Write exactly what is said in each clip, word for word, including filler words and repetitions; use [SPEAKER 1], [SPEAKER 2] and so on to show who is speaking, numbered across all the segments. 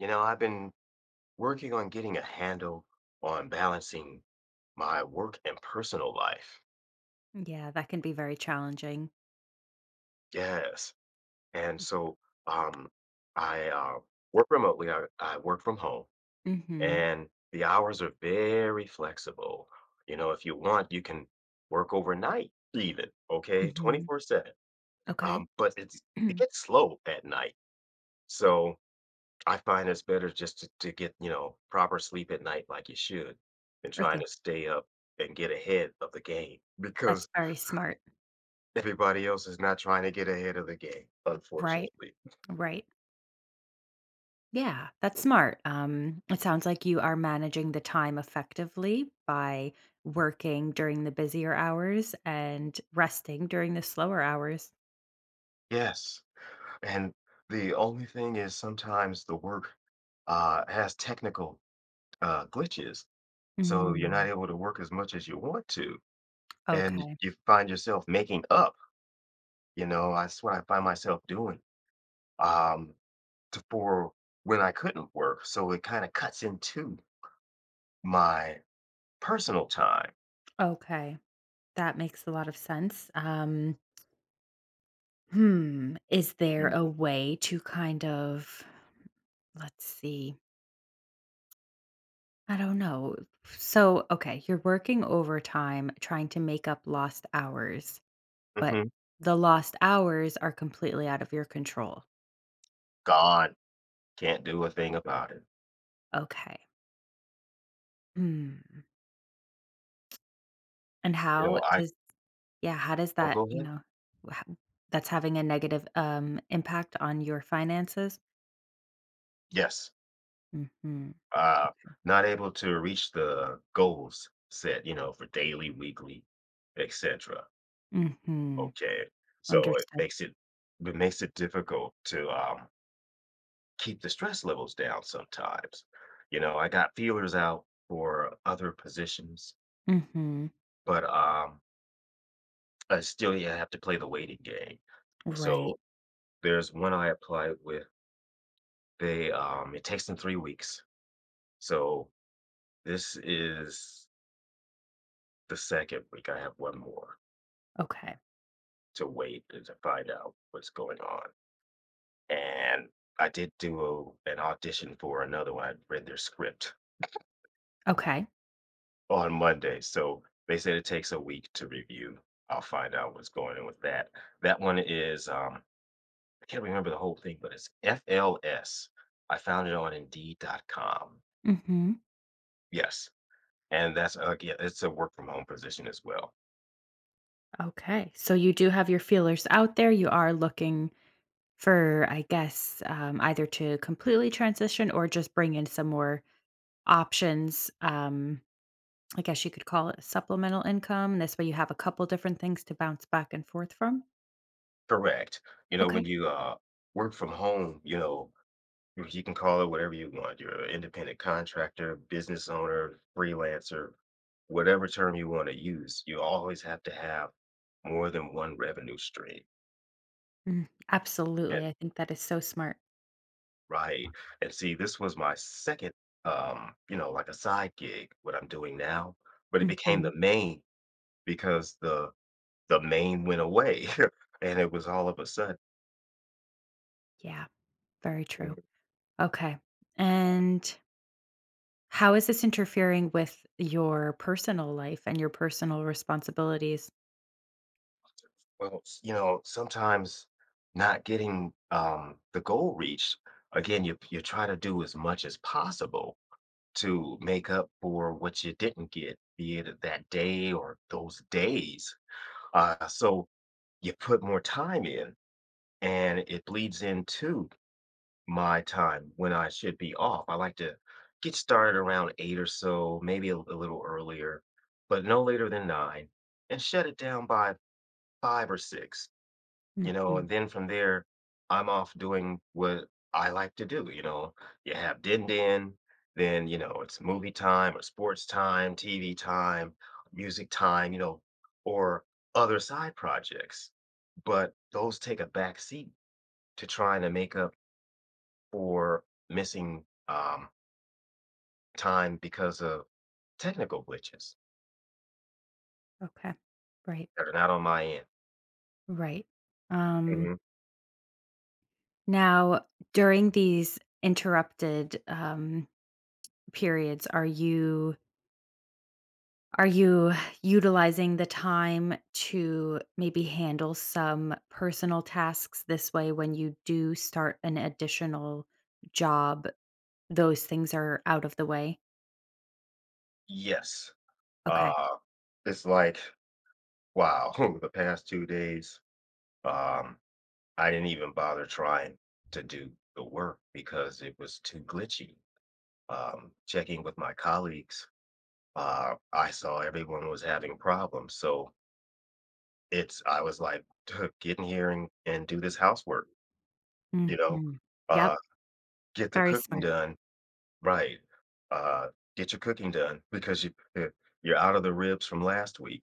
[SPEAKER 1] You know, I've been working on getting a handle on balancing my work and personal life.
[SPEAKER 2] Yeah, that can be very challenging.
[SPEAKER 1] Yes. And so um I uh work remotely. I, I work from home
[SPEAKER 2] Mhm.
[SPEAKER 1] and the hours are very flexible. You know, if you want, you can work overnight even, okay,
[SPEAKER 2] Mhm.
[SPEAKER 1] twenty four seven.
[SPEAKER 2] Okay.
[SPEAKER 1] Um, but it's it gets slow at night. So I find it's better just to to get, you know, proper sleep at night like you should than
[SPEAKER 2] Or
[SPEAKER 1] trying
[SPEAKER 2] think
[SPEAKER 1] to stay up and get ahead of the game
[SPEAKER 2] that's
[SPEAKER 1] because
[SPEAKER 2] very smart.
[SPEAKER 1] everybody else is not trying to get ahead of the game,
[SPEAKER 2] Right.
[SPEAKER 1] unfortunately.
[SPEAKER 2] Right. Yeah, that's smart. Um, it sounds like you are managing the time effectively by working during the busier hours and resting during the slower hours.
[SPEAKER 1] Yes. And the only thing is sometimes the work uh, has technical uh, glitches. So you're not
[SPEAKER 2] Mm.
[SPEAKER 1] able to work as much as you want to, and
[SPEAKER 2] Okay.
[SPEAKER 1] you find yourself making up, you know, that's what I find myself doing, um, to for when I couldn't work, so it kinda cuts into my personal time.
[SPEAKER 2] Okay. That makes a lot of sense. Um, hmm. Is there
[SPEAKER 1] Mm,
[SPEAKER 2] a way to kind of, let's see, I don't know. So, okay, you're working overtime trying to make up lost hours, but
[SPEAKER 1] mhm,
[SPEAKER 2] the lost hours are completely out of your control.
[SPEAKER 1] gone, can't do a thing about it.
[SPEAKER 2] Okay. Hmm. And
[SPEAKER 1] You
[SPEAKER 2] how
[SPEAKER 1] know, I
[SPEAKER 2] does yeah, how does
[SPEAKER 1] Oh,
[SPEAKER 2] that,
[SPEAKER 1] go
[SPEAKER 2] you
[SPEAKER 1] ahead.
[SPEAKER 2] know, wha- that's having a negative um impact on your finances?
[SPEAKER 1] Yes,
[SPEAKER 2] Mhm.
[SPEAKER 1] uh, not able to reach the goals set, you know, for daily, weekly, et cetera.
[SPEAKER 2] Mhm.
[SPEAKER 1] Okay, so it
[SPEAKER 2] Understood.
[SPEAKER 1] makes it it makes it difficult to, um keep the stress levels down sometimes. You know, I got feelers out for other positions,
[SPEAKER 2] Mhm.
[SPEAKER 1] but um, I still yeah, have to play the waiting game.
[SPEAKER 2] Right.
[SPEAKER 1] So there's one I applied with. They um, it takes them three weeks. So this is the second week. I have one more
[SPEAKER 2] Okay.
[SPEAKER 1] to wait and to find out what's going on. And I did do a, an audition for another one. I read their script
[SPEAKER 2] Okay.
[SPEAKER 1] on Monday. So they said it takes a week to review. I'll find out what's going on with that. That one is um I can't remember the whole thing, but it's F L S. I found it on indeed dot com.
[SPEAKER 2] Mhm.
[SPEAKER 1] Yes, and that's uh, yeah, it's a work from home position as well.
[SPEAKER 2] Okay. So you do have your feelers out there. You are looking for, I guess, um, either to completely transition or just bring in some more options. Um, I guess you could call it supplemental income. This way you have a couple different things to bounce back and forth from.
[SPEAKER 1] Correct. You know, when
[SPEAKER 2] Okay.
[SPEAKER 1] you uh work from home, you know you you can call it whatever you want. You're an independent contractor, business owner, freelancer, whatever term you want to use. You always have to have more than one revenue stream.
[SPEAKER 2] Mm, absolutely.
[SPEAKER 1] And
[SPEAKER 2] I think that is so smart.
[SPEAKER 1] right. And see, this was my second, um, you know, like a side gig, what I'm doing now, but it became
[SPEAKER 2] Hmm.
[SPEAKER 1] the main because the the main went away. And it was all of a sudden,
[SPEAKER 2] Yeah, very
[SPEAKER 1] you know,
[SPEAKER 2] true. Okay. And how is this interfering with your personal life and your personal responsibilities?
[SPEAKER 1] well, s- you know, sometimes not getting um the goal reached, again, you you try to do as much as possible to make up for what you didn't get, be it that day or those days. Uh so you put more time in and it bleeds into my time when I should be off. I like to get started around eight or so, maybe a, a little earlier, but no later than nine, and shut it down by five or six, you know.
[SPEAKER 2] Hmm.
[SPEAKER 1] And then from there, I'm off doing what I like to do, you know. You have din din, then, you know, it's movie time or sports time, T V time, music time, you know, or other side projects. But those take a back seat to trying to make up for missing, um, time because of technical glitches
[SPEAKER 2] Okay. Right.
[SPEAKER 1] that are not on my end.
[SPEAKER 2] Right. Um,
[SPEAKER 1] Mhm.
[SPEAKER 2] Now, during these interrupted um, periods, are you are you utilizing the time to maybe handle some personal tasks this way when you do start an additional job, those things are out of the way?
[SPEAKER 1] Yes.
[SPEAKER 2] Okay.
[SPEAKER 1] Uh, it's like, wow, the past two days, um, I didn't even bother trying to do the work because it was too glitchy. Um, checking with my colleagues, uh, I saw everyone was having problems, so it's I was like, "Getting here and and do this housework," you know?
[SPEAKER 2] Mhm. Yep,
[SPEAKER 1] Uh Get the
[SPEAKER 2] very
[SPEAKER 1] cooking
[SPEAKER 2] smart.
[SPEAKER 1] done, right. Uh, get your cooking done because you you're you're out of the ribs from last week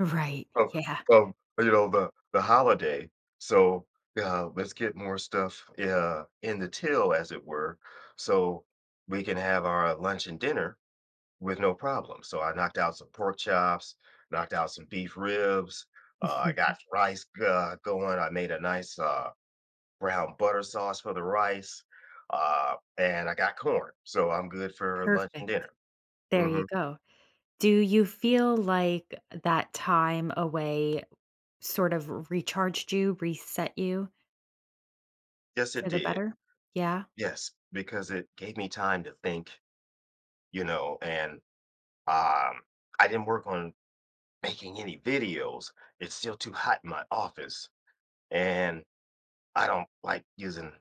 [SPEAKER 2] Right.
[SPEAKER 1] from
[SPEAKER 2] Yeah.
[SPEAKER 1] from, you know, the the holiday. So, uh, let's get more stuff, uh, in the till, as it were, so we can have our lunch and dinner with no problem. So I knocked out some pork chops, knocked out some beef ribs, uh, I got rice, uh, going, I made a nice, uh brown butter sauce for the rice, uh, and I got corn, so I'm good for lunch and
[SPEAKER 2] Perfect.
[SPEAKER 1] dinner.
[SPEAKER 2] There you
[SPEAKER 1] Mhm.
[SPEAKER 2] go. Do you feel like that time away Sort of recharged you, reset you
[SPEAKER 1] Yes, it
[SPEAKER 2] for the
[SPEAKER 1] did.
[SPEAKER 2] better? Yeah?
[SPEAKER 1] Yes, because it gave me time to think, you know, and, um, I didn't work on making any videos. It's still too hot in my office, and I don't like using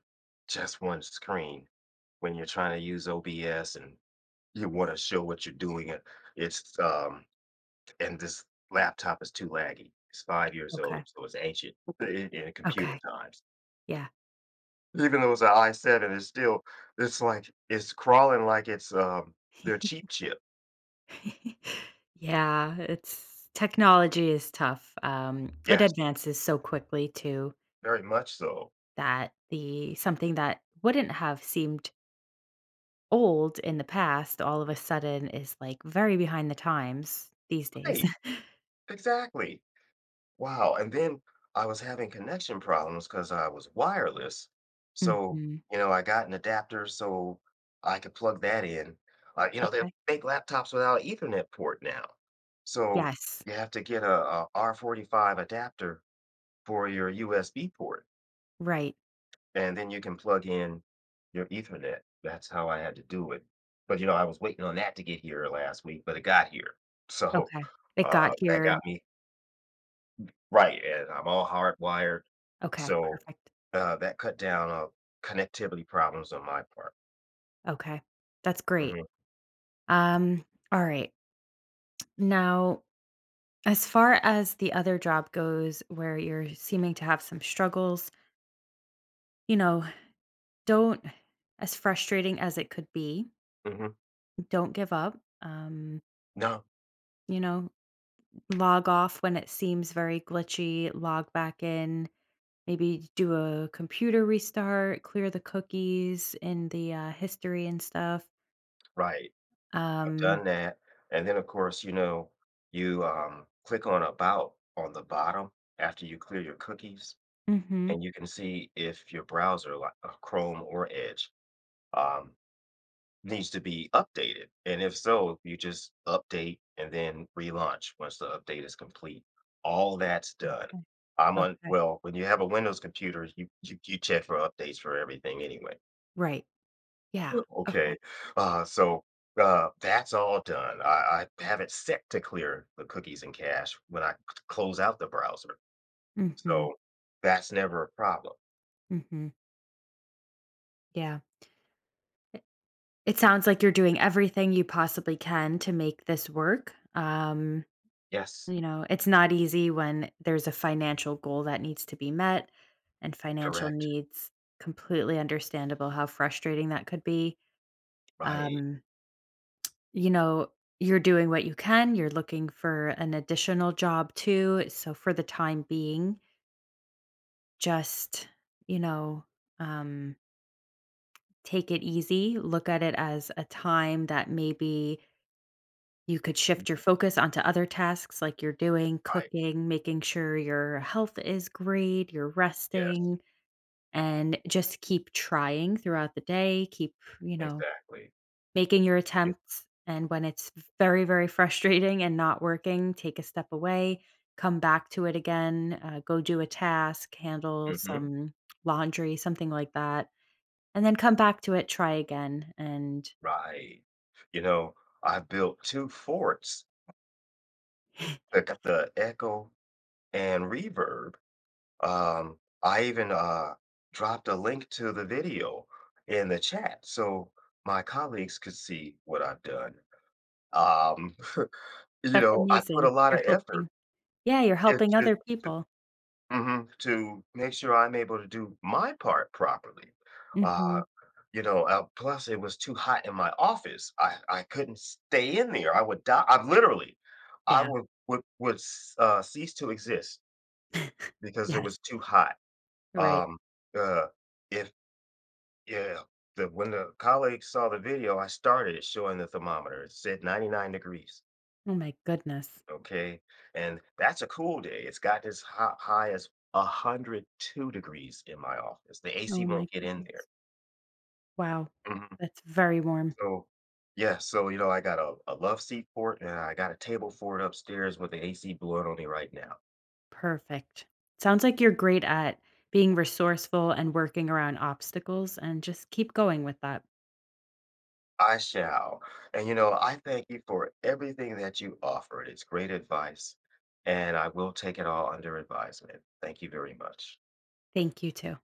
[SPEAKER 1] just one screen when you're trying to use O B S and you wanna show what you're doing. It it's, um and this laptop is too laggy. It's five years
[SPEAKER 2] Okay.
[SPEAKER 1] old, so it's ancient in in computer
[SPEAKER 2] Okay.
[SPEAKER 1] times.
[SPEAKER 2] Yeah.
[SPEAKER 1] Even though it's an I i7, it's still it's like it's crawling like it's, um, their cheap chip.
[SPEAKER 2] Yeah, it's technology is tough, um, it
[SPEAKER 1] Yes,
[SPEAKER 2] advances so quickly too
[SPEAKER 1] very much so.
[SPEAKER 2] that the something that wouldn't have seemed old in the past all of a sudden is, like, very behind the times these days.
[SPEAKER 1] Right, exactly. Wow, and then I was having connection problems because I was wireless. So,
[SPEAKER 2] Mhm.
[SPEAKER 1] you know, I got an adapter so I could plug that in. Uh, you know, they
[SPEAKER 2] Okay.
[SPEAKER 1] make laptops without Ethernet port now. So
[SPEAKER 2] Yes.
[SPEAKER 1] you have to get a, a R forty five adapter for your U S B port,
[SPEAKER 2] Right.
[SPEAKER 1] and then you can plug in your Ethernet. That's how I had to do it. But you know, I was waiting on that to get here last week, but it got here. So
[SPEAKER 2] Okay. It
[SPEAKER 1] uh,
[SPEAKER 2] got
[SPEAKER 1] that
[SPEAKER 2] here.
[SPEAKER 1] got me Right, and I'm all hardwired,
[SPEAKER 2] Okay,
[SPEAKER 1] so,
[SPEAKER 2] perfect.
[SPEAKER 1] uh, that cut down on connectivity problems on my part.
[SPEAKER 2] Okay. That's great.
[SPEAKER 1] Mhm,
[SPEAKER 2] Um, all right. Now, as far as the other job goes, where you're seeming to have some struggles, you know, don't, as frustrating as it could be,
[SPEAKER 1] mhm.
[SPEAKER 2] don't give up. Um,
[SPEAKER 1] No,
[SPEAKER 2] you know, log off when it seems very glitchy, log back in, maybe do a computer restart, clear the cookies in the uh, history and stuff.
[SPEAKER 1] right, I've
[SPEAKER 2] Um,
[SPEAKER 1] done that, and then, of course, you know, you, um, click on About on the bottom after you clear your cookies,
[SPEAKER 2] hmm
[SPEAKER 1] and you can see if your browser, like, uh, Chrome or Edge, um, needs to be updated. And if so, you just update and then relaunch once the update is complete. All that's done.
[SPEAKER 2] Okay.
[SPEAKER 1] I'm on,
[SPEAKER 2] Okay.
[SPEAKER 1] well, when you have a Windows computer, you, you, you check for updates for everything anyway.
[SPEAKER 2] Right. Yeah.
[SPEAKER 1] Well,
[SPEAKER 2] Okay.
[SPEAKER 1] okay. Uh, so uh, that's all done. I, I have it set to clear the cookies and cache when I c- close out the browser.
[SPEAKER 2] Mm-hmm.
[SPEAKER 1] So that's never a problem.
[SPEAKER 2] Mm-hmm. Yeah. It sounds like you're doing everything you possibly can to make this work. Um,
[SPEAKER 1] Yes,
[SPEAKER 2] you know, it's not easy when there's a financial goal that needs to be met and financial
[SPEAKER 1] correct.
[SPEAKER 2] needs. Completely understandable how frustrating that could be.
[SPEAKER 1] Right.
[SPEAKER 2] Um, you know, you're doing what you can. You're looking for an additional job too. So for the time being, just, you know, um, take it easy. Look at it as a time that maybe You could shift your
[SPEAKER 1] Mhm.
[SPEAKER 2] focus onto other tasks like you're doing,
[SPEAKER 1] Right.
[SPEAKER 2] cooking, making sure your health is great, you're
[SPEAKER 1] Yes,
[SPEAKER 2] resting, and just keep trying throughout the day. Keep, you know,
[SPEAKER 1] exactly.
[SPEAKER 2] making your
[SPEAKER 1] Yeah.
[SPEAKER 2] attempts. And when it's very, very frustrating and not working, take a step away, come back to it again, uh, go do a task, handle
[SPEAKER 1] Mhm.
[SPEAKER 2] some laundry, something like that, and then come back to it, try again. And
[SPEAKER 1] Right. You know, I built two forts that got the echo and reverb. Um, I even, uh, dropped a link to the video in the chat so my colleagues could see what I've done. Um, you
[SPEAKER 2] that's
[SPEAKER 1] know, I put a
[SPEAKER 2] amazing.
[SPEAKER 1] lot
[SPEAKER 2] You're
[SPEAKER 1] of effort
[SPEAKER 2] helping. Yeah, you're helping
[SPEAKER 1] into
[SPEAKER 2] other
[SPEAKER 1] to
[SPEAKER 2] people.
[SPEAKER 1] Mhm, to make sure I'm able to do my part properly. Uh
[SPEAKER 2] Mhm.
[SPEAKER 1] You know, uh, plus it was too hot in my office. I I couldn't stay in there. I would die. I literally, I
[SPEAKER 2] Yeah.
[SPEAKER 1] would would would s- uh, cease to exist because it
[SPEAKER 2] Yes.
[SPEAKER 1] was too hot.
[SPEAKER 2] Right.
[SPEAKER 1] Um, uh, if yeah, the when the colleagues saw the video, I started showing the thermometer. It said ninety nine degrees.
[SPEAKER 2] Oh my goodness.
[SPEAKER 1] Okay, and that's a cool day. It's got as high, high as a hundred and two degrees in my office. The A C
[SPEAKER 2] Oh my
[SPEAKER 1] won't get in there.
[SPEAKER 2] goodness. Wow.
[SPEAKER 1] Mhm.
[SPEAKER 2] That's very warm.
[SPEAKER 1] So, yeah, so you know, I got a, a love seat for it, and I got a table for it upstairs with the A C blowing on me right now.
[SPEAKER 2] Perfect. Sounds like you're great at being resourceful and working around obstacles and just keep going with that.
[SPEAKER 1] I shall. And you know, I thank you for everything that you offered. It's great advice, and I will take it all under advisement. Thank you very much.
[SPEAKER 2] Thank you too.